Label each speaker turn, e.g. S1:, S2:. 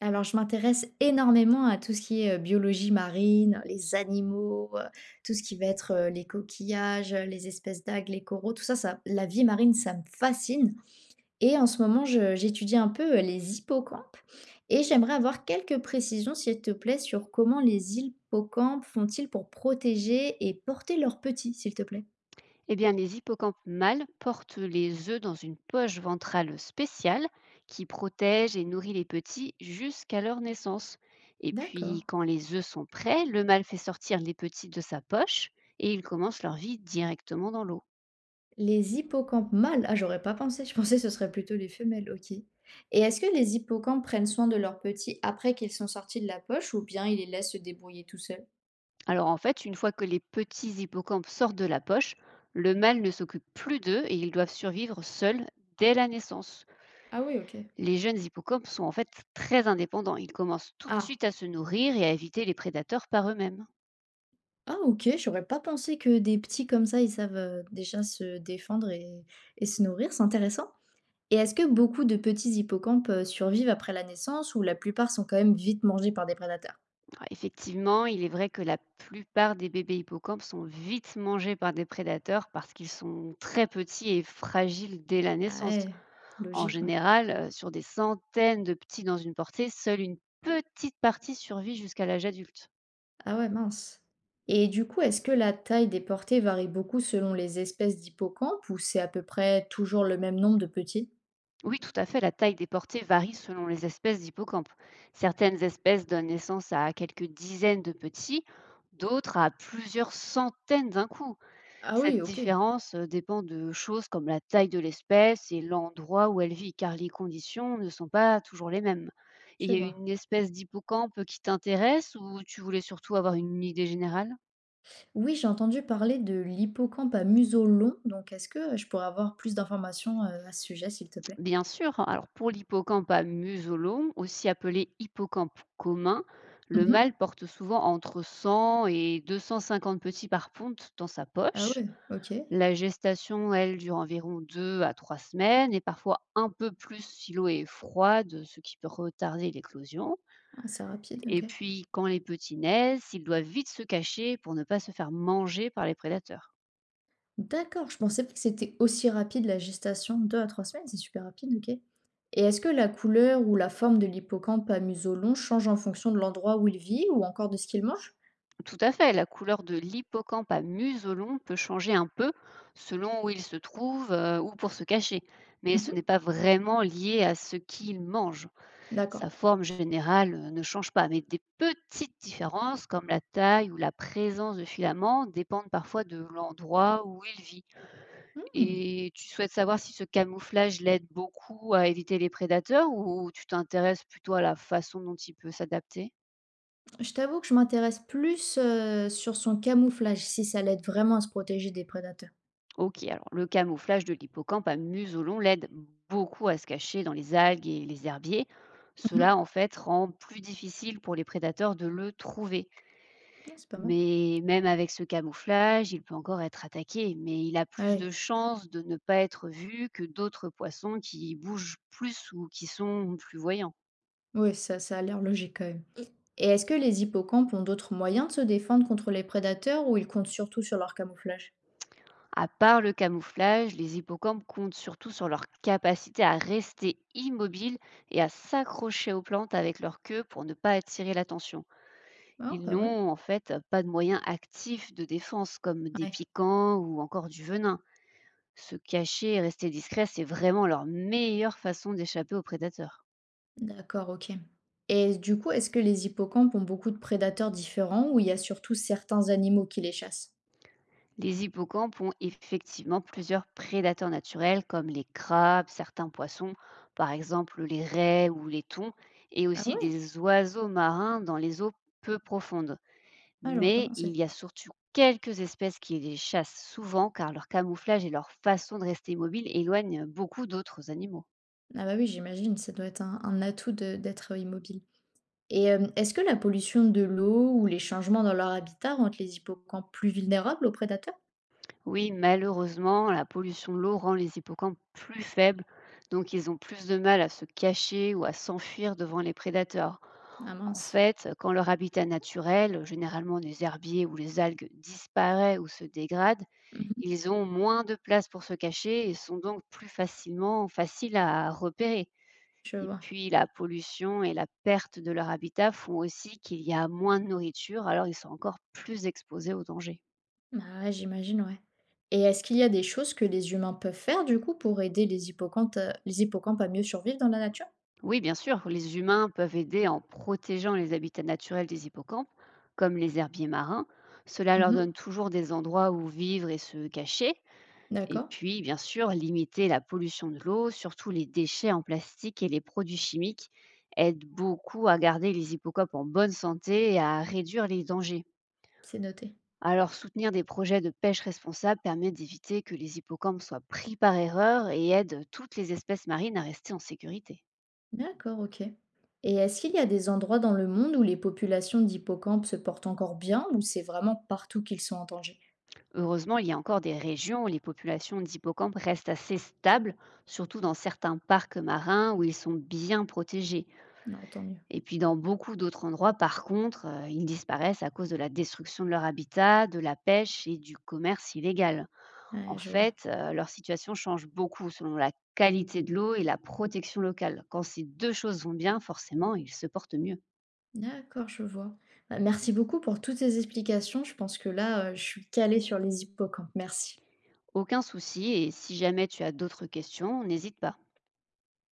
S1: Alors, je m'intéresse énormément à tout ce qui est, biologie marine, les animaux, tout ce qui va être, les coquillages, les espèces d'algues, les coraux, tout ça, ça la vie marine, ça me fascine. Et en ce moment, je j'étudie un peu, les hippocampes, et j'aimerais avoir quelques précisions, s'il te plaît, sur comment les hippocampes font-ils pour protéger et porter leurs petits, s'il te plaît?
S2: Eh bien, les hippocampes mâles portent les œufs dans une poche ventrale spéciale qui protège et nourrit les petits jusqu'à leur naissance. Et puis,
S1: D'accord.
S2: quand les œufs sont prêts, le mâle fait sortir les petits de sa poche et ils commencent leur vie directement dans l'eau.
S1: Les hippocampes mâles? Ah, j'aurais pas pensé, je pensais que ce serait plutôt les femelles, OK. Et est-ce que les hippocampes prennent soin de leurs petits après qu'ils sont sortis de la poche ou bien ils les laissent se débrouiller tout seuls?
S2: Alors en fait, une fois que les petits hippocampes sortent de la poche, le mâle ne s'occupe plus d'eux et ils doivent survivre seuls dès la naissance.
S1: Ah oui, ok.
S2: Les jeunes hippocampes sont en fait très indépendants. Ils commencent tout de
S1: Ah,
S2: suite à se nourrir et à éviter les prédateurs par eux-mêmes.
S1: ah OK, j'aurais pas pensé que des petits comme ça, ils savent déjà se défendre et se nourrir, c'est intéressant. Et est-ce que beaucoup de petits hippocampes survivent après la naissance ou la plupart sont quand même vite mangés par des prédateurs?
S2: Ah, effectivement, il est vrai que la plupart des bébés hippocampes sont vite mangés par des prédateurs parce qu'ils sont très petits et fragiles dès la
S1: Ah
S2: naissance.
S1: ouais,
S2: En
S1: logique, ouais.
S2: général, sur des centaines de petits dans une portée, seule une petite partie survit jusqu'à l'âge adulte.
S1: Ah ouais, mince. Et du coup, est-ce que la taille des portées varie beaucoup selon les espèces d'hippocampes ou c'est à peu près toujours le même nombre de petits?
S2: Oui, tout à fait, la taille des portées varie selon les espèces d'hippocampes. Certaines espèces donnent naissance à quelques dizaines de petits, d'autres à plusieurs centaines d'un coup.
S1: Ah oui,
S2: Cette
S1: ok,
S2: différence, dépend de choses comme la taille de l'espèce et l'endroit où elle vit, car les conditions ne sont pas toujours les mêmes. Et il
S1: je
S2: y a
S1: vois.
S2: une espèce d'hippocampe qui t'intéresse ou tu voulais surtout avoir une idée générale?
S1: Oui, j'ai entendu parler de l'hippocampe à museau long, donc est-ce que je pourrais avoir plus d'informations à ce sujet, s'il te plaît?
S2: Bien sûr, alors pour l'hippocampe à museau aussi appelé hippocampe commun, le mâle
S1: Mhm.
S2: porte souvent entre 100 et 250 petits par ponte dans sa
S1: Ah
S2: poche.
S1: ouais, ok.
S2: La gestation, elle, dure environ 2 à 3 semaines et parfois un peu plus si l'eau est froide, ce qui peut retarder l'éclosion.
S1: Ah, c'est rapide,
S2: Et
S1: ok.
S2: puis, quand les petits naissent, ils doivent vite se cacher pour ne pas se faire manger par les prédateurs.
S1: D'accord, je pensais pas que c'était aussi rapide la gestation, 2 à 3 semaines, c'est super rapide, OK. Et est-ce que la couleur ou la forme de l'hippocampe à museau long change en fonction de l'endroit où il vit ou encore de ce qu'il mange?
S2: Tout à fait, la couleur de l'hippocampe à muselon peut changer un peu selon où il se trouve ou pour se cacher, mais ce
S1: Mmh.
S2: n'est pas vraiment lié à ce qu'il mange.
S1: D'accord.
S2: Sa forme générale, ne change pas, mais des petites différences comme la taille ou la présence de filaments dépendent parfois de l'endroit où il vit.
S1: Mmh.
S2: Et tu souhaites savoir si ce camouflage l'aide beaucoup à éviter les prédateurs ou tu t'intéresses plutôt à la façon dont il peut s'adapter?
S1: Je t'avoue que je m'intéresse plus, sur son camouflage, si ça l'aide vraiment à se protéger des prédateurs.
S2: OK, alors le camouflage de l'hippocampe à muselon l'aide beaucoup à se cacher dans les algues et les herbiers. Cela, en
S1: Mmh.
S2: fait, rend plus difficile pour les prédateurs de le trouver.
S1: Ouais, c'est pas mal.
S2: Mais même avec ce camouflage, il peut encore être attaqué, mais il a
S1: Ah
S2: plus de
S1: ouais,
S2: chances de ne pas être vu que d'autres poissons qui bougent plus ou qui sont plus voyants.
S1: ouais, ça a l'air logique quand même. Et est-ce que les hippocampes ont d'autres moyens de se défendre contre les prédateurs ou ils comptent surtout sur leur camouflage?
S2: À part le camouflage, les hippocampes comptent surtout sur leur capacité à rester immobiles et à s'accrocher aux plantes avec leur queue pour ne pas attirer l'attention.
S1: Ah,
S2: Ils
S1: pas mal.
S2: n'ont en fait pas de moyens actifs de défense comme des
S1: Ouais.
S2: piquants ou encore du venin. Se cacher et rester discret, c'est vraiment leur meilleure façon d'échapper aux prédateurs.
S1: D'accord, OK. Et du coup, est-ce que les hippocampes ont beaucoup de prédateurs différents ou il y a surtout certains animaux qui les chassent?
S2: Les hippocampes ont effectivement plusieurs prédateurs naturels comme les crabes, certains poissons, par exemple les raies ou les thons, et
S1: Ah
S2: aussi
S1: ouais?
S2: des oiseaux marins dans les eaux peu profondes.
S1: Ah, j'aurais pas
S2: Mais il
S1: pensé.
S2: y a surtout quelques espèces qui les chassent souvent car leur camouflage et leur façon de rester mobile éloignent beaucoup d'autres animaux.
S1: Ah bah oui, j'imagine, ça doit être un atout d'être immobile. Et est-ce que la pollution de l'eau ou les changements dans leur habitat rendent les hippocampes plus vulnérables aux prédateurs?
S2: Oui, malheureusement, la pollution de l'eau rend les hippocampes plus faibles, donc ils ont plus de mal à se cacher ou à s'enfuir devant les prédateurs.
S1: Ah
S2: En
S1: mince.
S2: fait, quand leur habitat naturel, généralement des herbiers où les algues, disparaissent ou se dégradent,
S1: Mhm,
S2: ils ont moins de place pour se cacher et sont donc plus facilement faciles à repérer.
S1: je
S2: Et
S1: vois.
S2: puis la pollution et la perte de leur habitat font aussi qu'il y a moins de nourriture, alors ils sont encore plus exposés aux dangers.
S1: Ah ouais, j'imagine, ouais. Et est-ce qu'il y a des choses que les humains peuvent faire du coup pour aider les hippocampes, les hippocampes à mieux survivre dans la nature?
S2: Oui, bien sûr, les humains peuvent aider en protégeant les habitats naturels des hippocampes, comme les herbiers marins. Cela leur
S1: Mhm,
S2: donne toujours des endroits où vivre et se cacher. Et
S1: d'accord,
S2: puis, bien sûr, limiter la pollution de l'eau, surtout les déchets en plastique et les produits chimiques, aide beaucoup à garder les hippocampes en bonne santé et à réduire les dangers.
S1: c'est noté.
S2: Alors, soutenir des projets de pêche responsable permet d'éviter que les hippocampes soient pris par erreur et aide toutes les espèces marines à rester en sécurité.
S1: D'accord, ok. Et est-ce qu'il y a des endroits dans le monde où les populations d'hippocampes se portent encore bien ou c'est vraiment partout qu'ils sont en danger?
S2: Heureusement, il y a encore des régions où les populations d'hippocampes restent assez stables, surtout dans certains parcs marins où ils sont bien protégés.
S1: Non, tant mieux.
S2: Et puis dans beaucoup d'autres endroits, par contre, ils disparaissent à cause de la destruction de leur habitat, de la pêche et du commerce illégal.
S1: Ouais,
S2: En
S1: je vois.
S2: fait, leur situation change beaucoup selon la qualité de l'eau et la protection locale. Quand ces 2 choses vont bien, forcément, ils se portent mieux.
S1: D'accord, je vois. Bah, merci beaucoup pour toutes ces explications. Je pense que là, je suis calée sur les hippocampes. Merci.
S2: Aucun souci, et si jamais tu as d'autres questions, n'hésite pas.